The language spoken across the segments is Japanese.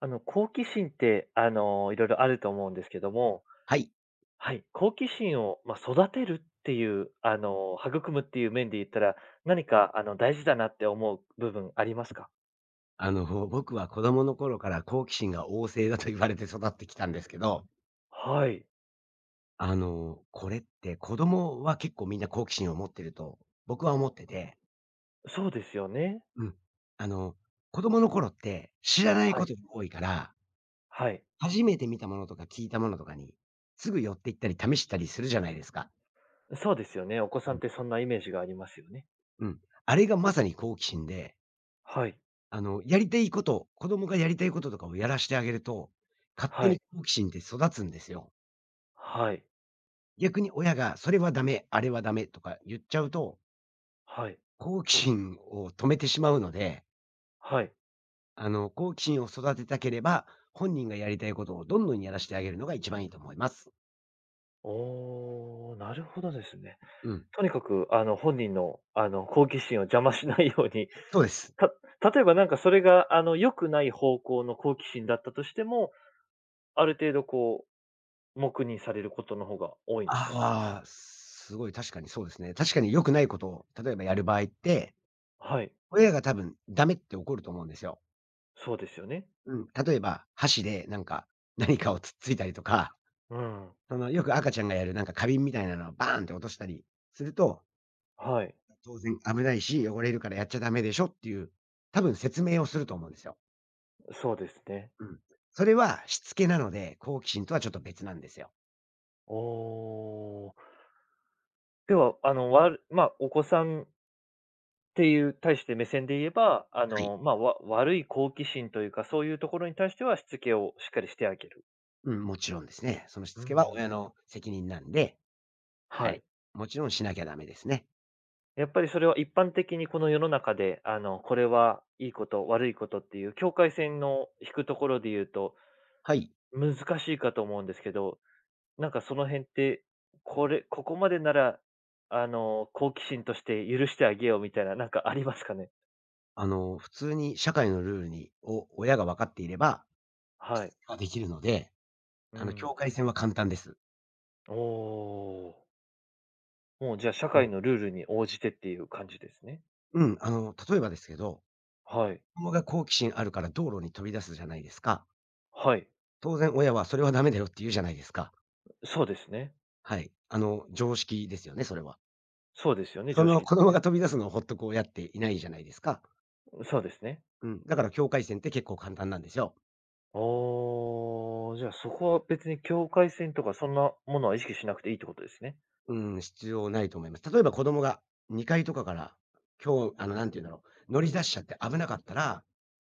好奇心って、いろいろあると思うんですけども、はい。はい、好奇心を、まあ、育てるっていう、育むっていう面で言ったら、何か、大事だなって思う部分ありますか？僕は子供の頃から好奇心が旺盛だと言われて育ってきたんですけど、はい、これって子供は結構みんな好奇心を持ってると僕は思ってて、そうですよね。うん。あの、子供の頃って知らないはこい、とが多いから、はい。初めて見たものとか聞いたものとかに、すぐ寄っていったり試したりするじゃないですか。そうですよね。お子さうんっん。てそんなイメージがありますよね。うん。あれがまさに好奇心で、はい、やりたいこと、子供がやりたいこととかをやらしてあげると、勝手はにい、好奇心って育つんですよ。はい、逆に親が「それはダメ、あれはダメ」とか言っちゃうと、はい、好奇心を止めてしまうので、はい。好奇心を育てたければ、本人がやりたいことをどんどんやらせてあげるのが一番いいと思います。おお、なるほどですね。うん、とにかく、本人の、好奇心を邪魔しないように。そうです。例えば、なんかそれが良くない方向の好奇心だったとしても、ある程度こう、黙認されることの方が多いんですかね？ああ、すごい確かにそうですね。確かに良くないことを、例えばやる場合って、はい、親が多分ダメって怒ると思うんですよ。そうですよね。うん、例えば、箸でなんか、何かをつっついたりとか、うん、その、よく赤ちゃんがやるなんか花瓶みたいなのをバーンって落としたりするとはい、当然危ないし、汚れるからやっちゃダメでしょっていう、多分説明をすると思うんですよ。そうですね。うん。それはしつけなので、好奇心とはちょっと別なんですよ。おお。では、まあ、お子さんっていう対して目線で言えば、はい。まあ、悪い好奇心というか、そういうところに対してはしつけをしっかりしてあげる。うん、もちろんですね。そのしうつんうけはん。親の責任なんで、ははい。い。もちろんしなきゃダメですね。やっぱりそれは一般的にこの世の中で、これはいいこと、悪いことっていう境界線の引くところで言うと、はい。難しいかと思うんですけど、なんかその辺って、これここまでなら、好奇心として許してあげようみたいな、なんかありますかね？普通に社会のルールに、を親が分かっていれば、しはつい。けはできるので、うん。境界線は簡単です。おお。もうじゃあ社うん。会のルールに応じてっていう感じですね。例えばですけど、はい。子供が好奇心あるから道路に飛び出すじゃないですか。はい。当然親はそれはダメだよって言うじゃないですか。そうですね。はい。常識ですよね、それは。そうですよね、そ常の識で子す供ね。が飛び出すのをほっとこうやっていないじゃないですか。そうですね。うん。だから境界線って結構簡単なんですよ。ああ、じゃあ、そこは別に境界線とかそんなものは意識しなくていいってことですね。うん、必要ないと思います。例えば子供が2階とかから、今日、なんて言うんだろう、乗り出しちゃって危なかったら、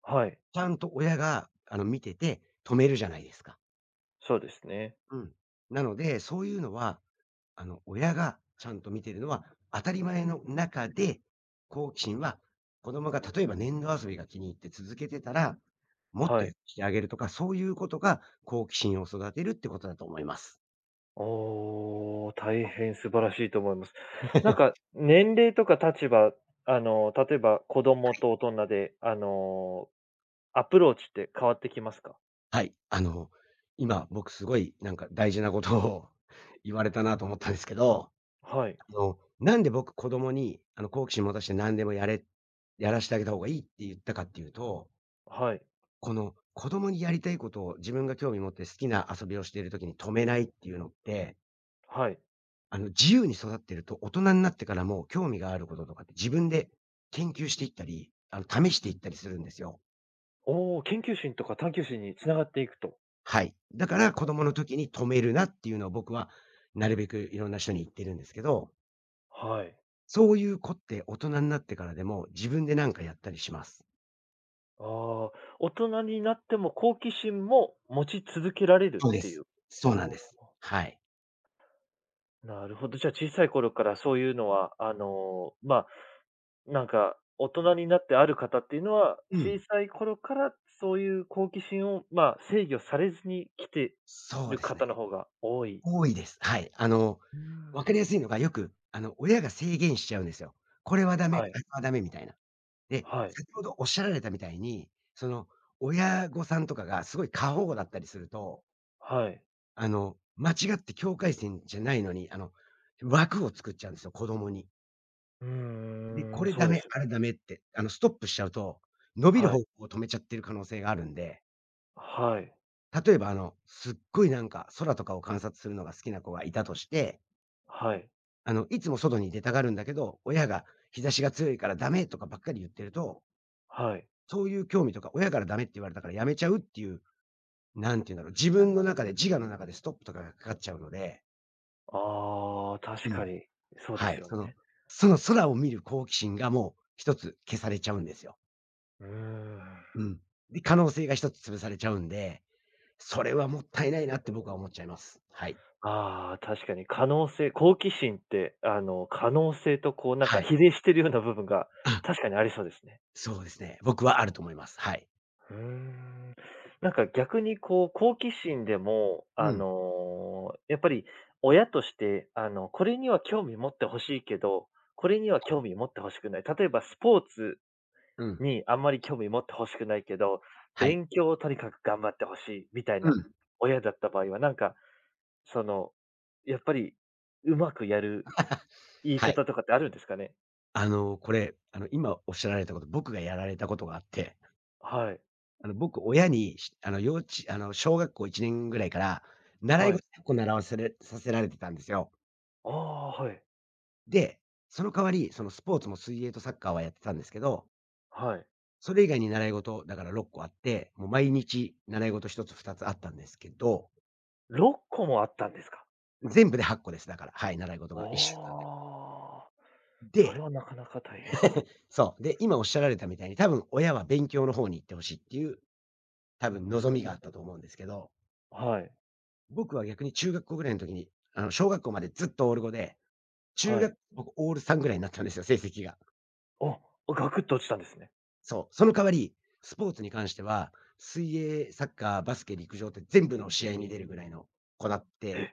はい、ちゃんと親が、見てて止めるじゃないですか。そうですね。うん。なので、そういうのは、親がちゃんと見てるのは当たり前の中で、好奇心は子供が例えば粘土遊びが気に入って続けてたら、もっとはやっい。てしてあげるとか、そういうことが好奇心を育てるってことだと思います。おお、大変素晴らしいと思います。なんか、年齢とか立場、例えば子供と大人で、アプローチって変わってきますか？はい。今僕すごいなんか大事なことを 言われたなと思ったんですけど、はい、なんで僕子供にあの好奇心持たせて何でもやれ、やらせてあげた方がいいって言ったかっていうと、はい、この、子供にやりたいことを自分が興味持って好きな遊びをしているときに止めないっていうのって、はい。自由に育ってると大人になってからも興味があることとかって自分で研究していったり、試していったりするんですよ。おお、研究心とか探求心に繋がっていくと。はい。だから子供の時に止めるなっていうのを僕はなるべくいろんな人に言ってるんですけど、はい。そういう子って大人になってからでも自分で何かやったりします。ああ、大人になっても好奇心も持ち続けられるそうっでていす。う。あそあ。うなんです。はい。なるほど。じゃあ小さい頃からそういうのは、ま、あなんか、大人になってある方っていうのは、う小ん。さい頃からそういう好奇心を、ま、あ制御されずに来てそうるですね。方の方が多い。多いです。はい。うん。分かりやすいのがよく、親が制限しちゃうんですよ。これはダメ、はあい、れはダメみたいな。で、はい、先ほどおっしゃられたみたいに、その、親御さんとかがすごい過保護だったりすると、はい。間違って境界線じゃないのに、枠を作っちゃうんですよ、子供に。うで、こーん、れそダうでメ、す。あれダメって、ストップしちゃうと、伸びるは方い、向を止めちゃってる可能性があるんで、はい、例えば、すっごいなんか空とかを観察するのが好きな子がいたとしてはい、いつも外に出たがるんだけど、親が日差しが強いからダメとかばっかり言ってると、はい。そういう興味とか、親からダメって言われたからやめちゃうっていう、なんて言うんだろう、自分の中で、自我の中でストップとかがかかっちゃうので、ああ、う確ん。かに、そうではい、すよその、ね。その空を見る好奇心がもう一つ消されちゃうんですよ。うーん。うん。で、可能性が一つ潰されちゃうんで、それはもったいないなって僕は思っちゃいます。はい。ああ、確かに可能性好奇心って、可能性とこうなんはかい。比例してるような部分があ、確かにありそうですね。そうですね。僕はあると思います。はい。うーん。なんか逆にこう好奇心でも、うん、やっぱり親として、これには興味持ってほしいけど、これには興味持ってほしくない。例えばスポーツうん、にあんまり興味持ってほしくないけど、はい。勉強をとにかく頑張ってほしいみたいうなん、親だった場合は、なんかその、やっぱりうまくやる言いはい。方とかってあるんですかね？これ、今おっしゃられたこと、僕がやられたことがあって、はい。僕、親に、しあの、小学校1年ぐらいから、習いは事い。結構習わせれさせられてたんですよ。ああ、はい。で、その代わり、そのスポーツも水泳とサッカーはやってたんですけど、はい。それ以外に習い事、だから6個あって、もう毎日習い事1つ2つあったんですけど、6個もあったんですか？全部で8個です、だから、はい、習い事おが1週間で。お、それで、はなかなか大変だ。そう、で、今おっしゃられたみたいに、多分親は勉強の方に行って欲しいっていう、多分望みがあったと思うんですけどはい。僕は逆に中学校ぐらいの時に、小学校までずっとオール5で、中は学い。僕オール3ぐらいになったんですよ、成績が。あ、ガクッと落ちたんですね。そう。その代わり、スポーツに関しては、水泳、サッカー、バスケ、陸上って全部の試合に出るぐらいの子だっえ、て、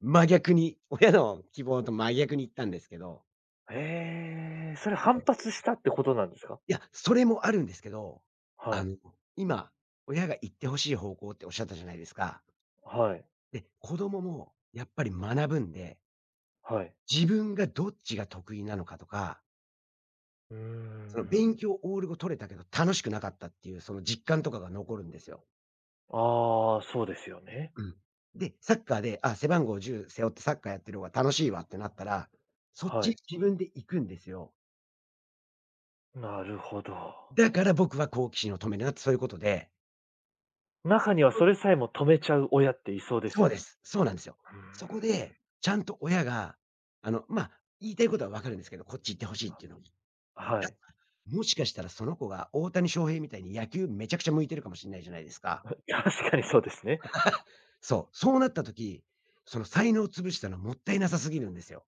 真逆に、親の希望と真逆に行ったんですけど、ええ、それそ反う。発したってことなんですか？いや、それもあるんですけど、はあい。の、今、親が行ってほしい方向っておっしゃったじゃないですか。はい。で、子供もやっぱり学ぶんで、はい。自分がどっちが得意なのかとかうーそのん。勉強オール語取れたけど楽しくなかったっていうその実感とかが残るんですよ。ああ、そうですよね。うん。で、サッカーで、あ、背番号10背負ってサッカーやってる方が楽しいわってなったら、そっはちい。自分で行くんですよ。なるほど。だから僕は好奇心を止めるなってそういうことで、中にはそそれさえも止めちゃう親っていそうですうよでね。す。そうなんですよ。うーん。そこで、ちゃんと親が、まあ、言いたいことはわかるんですけど、こっち行ってほしいっていうのを。はい。もしかしたらその子が大谷翔平みたいに野球めちゃくちゃ向いてるかもしれないじゃないですか。確かにそうですね。そう、そうなった時、その才能を潰したのもったいなさすぎるんですよ。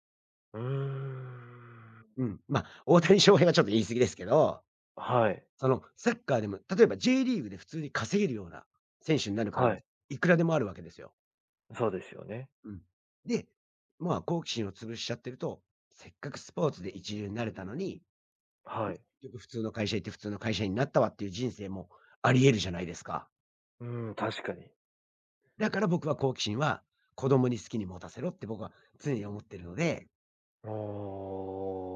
うーん。うん。まあ、大谷翔平はちょっと言い過ぎですけど、はい。そのサッカーでも、例えば J リーグで普通に稼げるような選手になる可能は性い。いくらでもあるわけですよ。そうですよね。うん。で、まあ、好奇心を潰しちゃってると、せっかくスポーツで一流になれたのに、はい。結局普通の会社行って普通の会社員になったわっていう人生もあり得るじゃないですか。うーん、確かに。だから僕は好奇心は子供に好きに持たせろって僕は常に思ってるので。お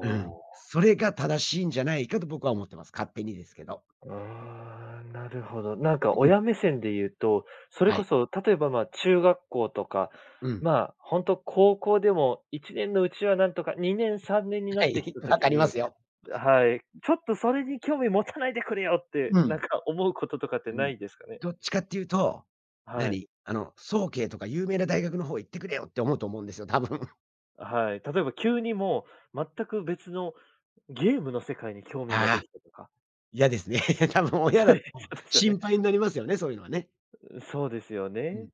うん。それが正しいんじゃないかと僕は思ってます。勝手にですけど。あー、なるほど。なんかうん。親目線で言うと、それはこい。そ例えば、ま、中学校とか、うん。まあ、本当高校でも1年のうちはなんとか、2年、3年になはってきい、た分時かりまに、すよ。はい、ちょっとそれに興味持たないでくれよって、うなんん。か思うこととかってうなん。いですかね？どっちかっていうと、はい。何、あの、早慶とか有名な大学の方行ってくれよって思うと思うんですよ、多分。はい。例えば急にもう全く別のゲームの世界に興味がでああ、きたとか。嫌ですね。多分 親そだうとですよ心ね。配になりますよね、そういうのはね。そうですようん。ね。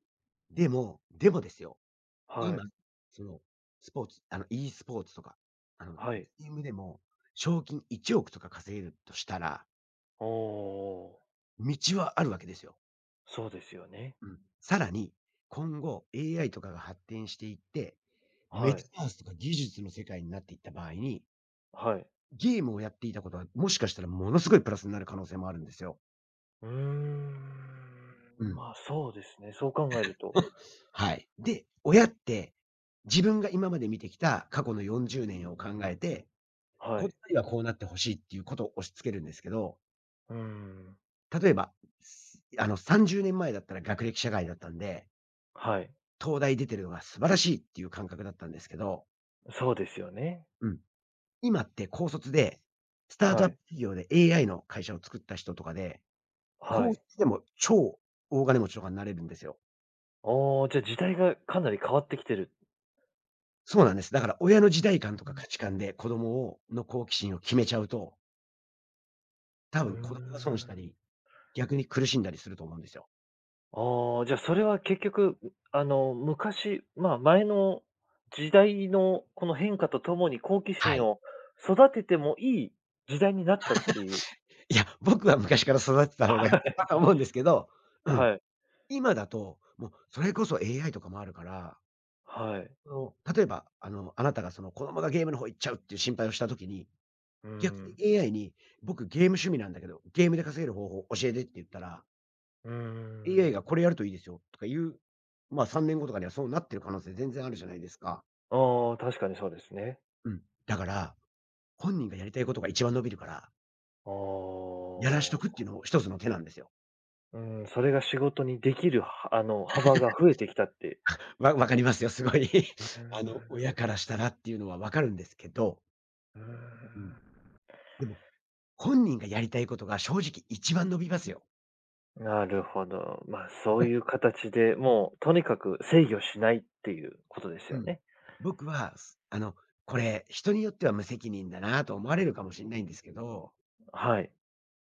でもですよ、は今、い。その、スポーツ、e スポーツとか、あの、はい。チームでも賞金1億とか稼げるとしたら、おお。道はあるわけですよ。そうですよね。うん。さらに、今後 AI とかが発展していって、メはタい。バースとか技術の世界になっていった場合に、はい。ゲームをやっていたことは、もしかしたらものすごいプラスになる可能性もあるんですよ。うーうん。ん。まあ、そうですね。そう考えると。はい。で、親って、自分が今まで見てきた過去の40年を考えて、はこっい。ちはこうなってほしいっていうことを押し付けるんですけど、うーん。例えば、すあの30年前だったら学歴社会だったんで、はい。東大出てるのが素晴らしいっていう感覚だったんですけど、そうですよね。うん。今って高卒で、スタートアはップい。企業で AI の会社を作った人とかで、は高い。卒でも超大金持ちとかになれるんですよ。おお、じゃ、時代がかなり変わってきてる。そうなんです。だから親の時代感とか価値観で子供をの好奇心を決めちゃうと、多う分ん。う子供が損したーん。り、逆に苦しんだりすると思うんですよ。ああ、じゃあそれは結局、昔、まあ、前の時代のこの変化とともに好奇は心い。を育ててもいい時代になったっていう。いや、僕は昔から育てた方が良かっ たと思うんですけど、うん。はい。今だと、もうそれこそ AI とかもあるから、はい。例えば、あなたがその子供がゲームの方行っちゃうっていう心配をした時にう逆に ん。AI に、僕ゲーム趣味なんだけど、ゲームで稼げる方法教えてって言ったら、う AI ん。がこれやるといいですよとか言う、まあ、3年後とかにはそうなってる可能性全然あるじゃないですか。ああ、確かにそうですね。うん。だから、本人がやりたいことが一番伸びるから、あやらしとくっあ。ていうのも一つの手なんですよ。うん、それが仕事にできる、はあの、幅が増えてきたって。わかりますよ、すごい。う ん、親からしたらっていうのはわかるんですけど、うん。うん。でも、本人がやりたいことが正直一番伸びますよ。なるほど。まあ、そういう形で、もうとにかく制御しないっていうことですうよん。ね。僕は、すあの、これ、人によっては無責任だなと思われるかもしれないんですけど、はい、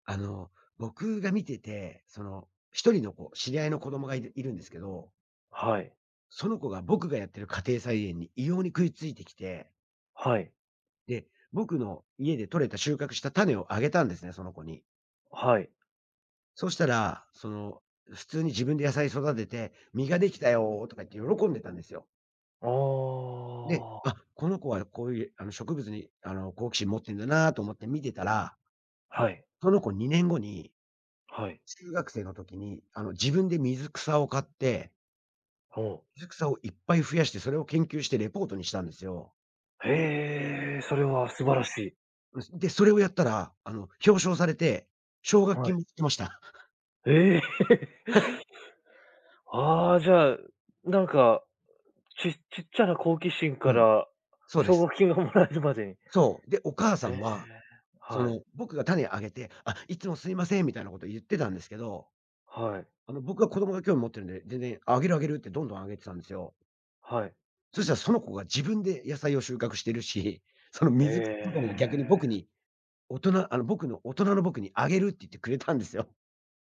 あの、僕が見てて、一人の子、知り合いの子供がいるんですけど、はい、その子が僕がやってる家庭菜園に異様に食いついてきて、はい、で、僕の家で採れた収穫した種をあげたんですね、その子に。はい。そしたら、普通に自分で野菜育てて、実ができたよーとか言って喜んでたんですよ。あで、あ、あ、この子はこういう、植物に、好奇心持ってんだなと思って見てたらはい、その子2年後に、はい。中学生の時に、自分で水草を買って、お、水草をいっぱい増やして、それを研究してレポートにしたんですよ。へえ、それは素晴らしい。うん、で、それをやったら、表彰されて、奨学は金い。も来ました。ええ。ああ、じゃあ、なんか、ちっちゃな好奇心うかん、らそうで奨す。学金がもらえるまでに。そう。で、お母さへんえ、は、はい、僕が種あげて、「あ、いつもすいません」みたいなこと言ってたんですけど、はい、僕は子供が興味持ってるんで、全然「あげるあげる」ってどんどんあげてたんですよ。はい。そしたらその子が自分で野菜を収穫してるし、そのえ水草とかも逆に僕え。に大人あの、僕の大人の僕にあげるって言ってくれたんですよ。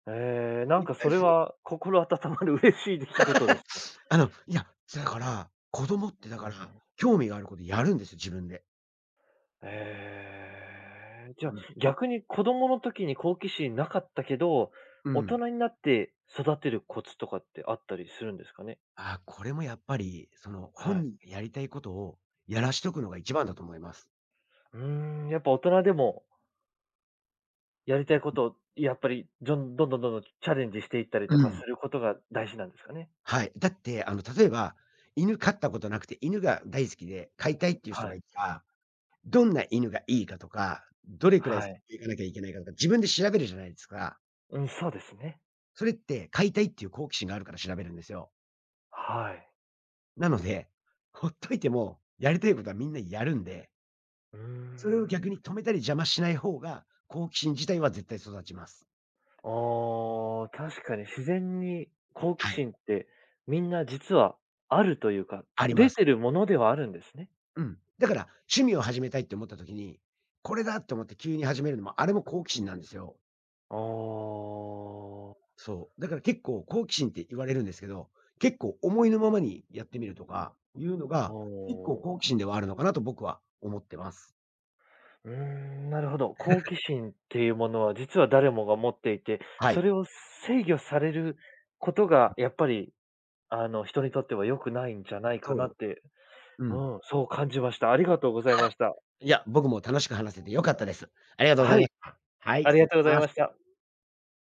ええ、ないんっかぱいそれ増えは心温まる嬉しい出来事ですね。あの、いや、だから、子供ってだうから、ん。興味があることやるんですよ、自分で。ええ、じゃうあ、ん。逆に子供の時に好奇心なかったけど、う大ん。人になって育てるコツとかってあったりするんですかね？ああ、これもやっぱり、本はい。人がやりたいことをやらしとくのが一番だと思います。うーん、やっぱ大人でもやりたいことをやっぱり、どんどんどんどんどんチャレンジしていったりうとかん。することが大事なんですかね？はい。だって、例えば、犬飼ったことなくて、犬が大好きで飼いたいっていう人はがいい。たら、どんな犬がいいかとか、どれくらいはい。行かなきゃいけないかとか、自分で調べるじゃないですか。うん、そうですね。それって飼いたいっていう好奇心があるから調べるんですよ。はい。なので、ほっといても、やりたいことはみんなやるんで、うーそれをん。逆に止めたり邪魔しない方が、好奇心自体は絶対育ちます。ああ、確かに自然に好奇はい。心ってみんな実はあるというか、ありま出す。てるものではあるんですね。うん。だから、趣味を始めたいって思った時に、これだと思って急に始めるのも、あれも好奇心なんですよ。ああ、おそう。だから結構好奇心って言われるんですけど、結構思いのままにやってみるとか、いうのが、結構好お奇心ではあるのかなと僕は思ってます。うーん、なるほど。好奇心っていうものは実は誰もが持っていて、はそい。れを制御されることがやっぱり、人にとっては良くないんじゃないかなっそて、う。ううん。ん、そう感じました。ありがとうございました。いや、僕も楽しく話せて良かったです。ありがとうございはまい、した。はい、あり失が礼しとうございまます。した。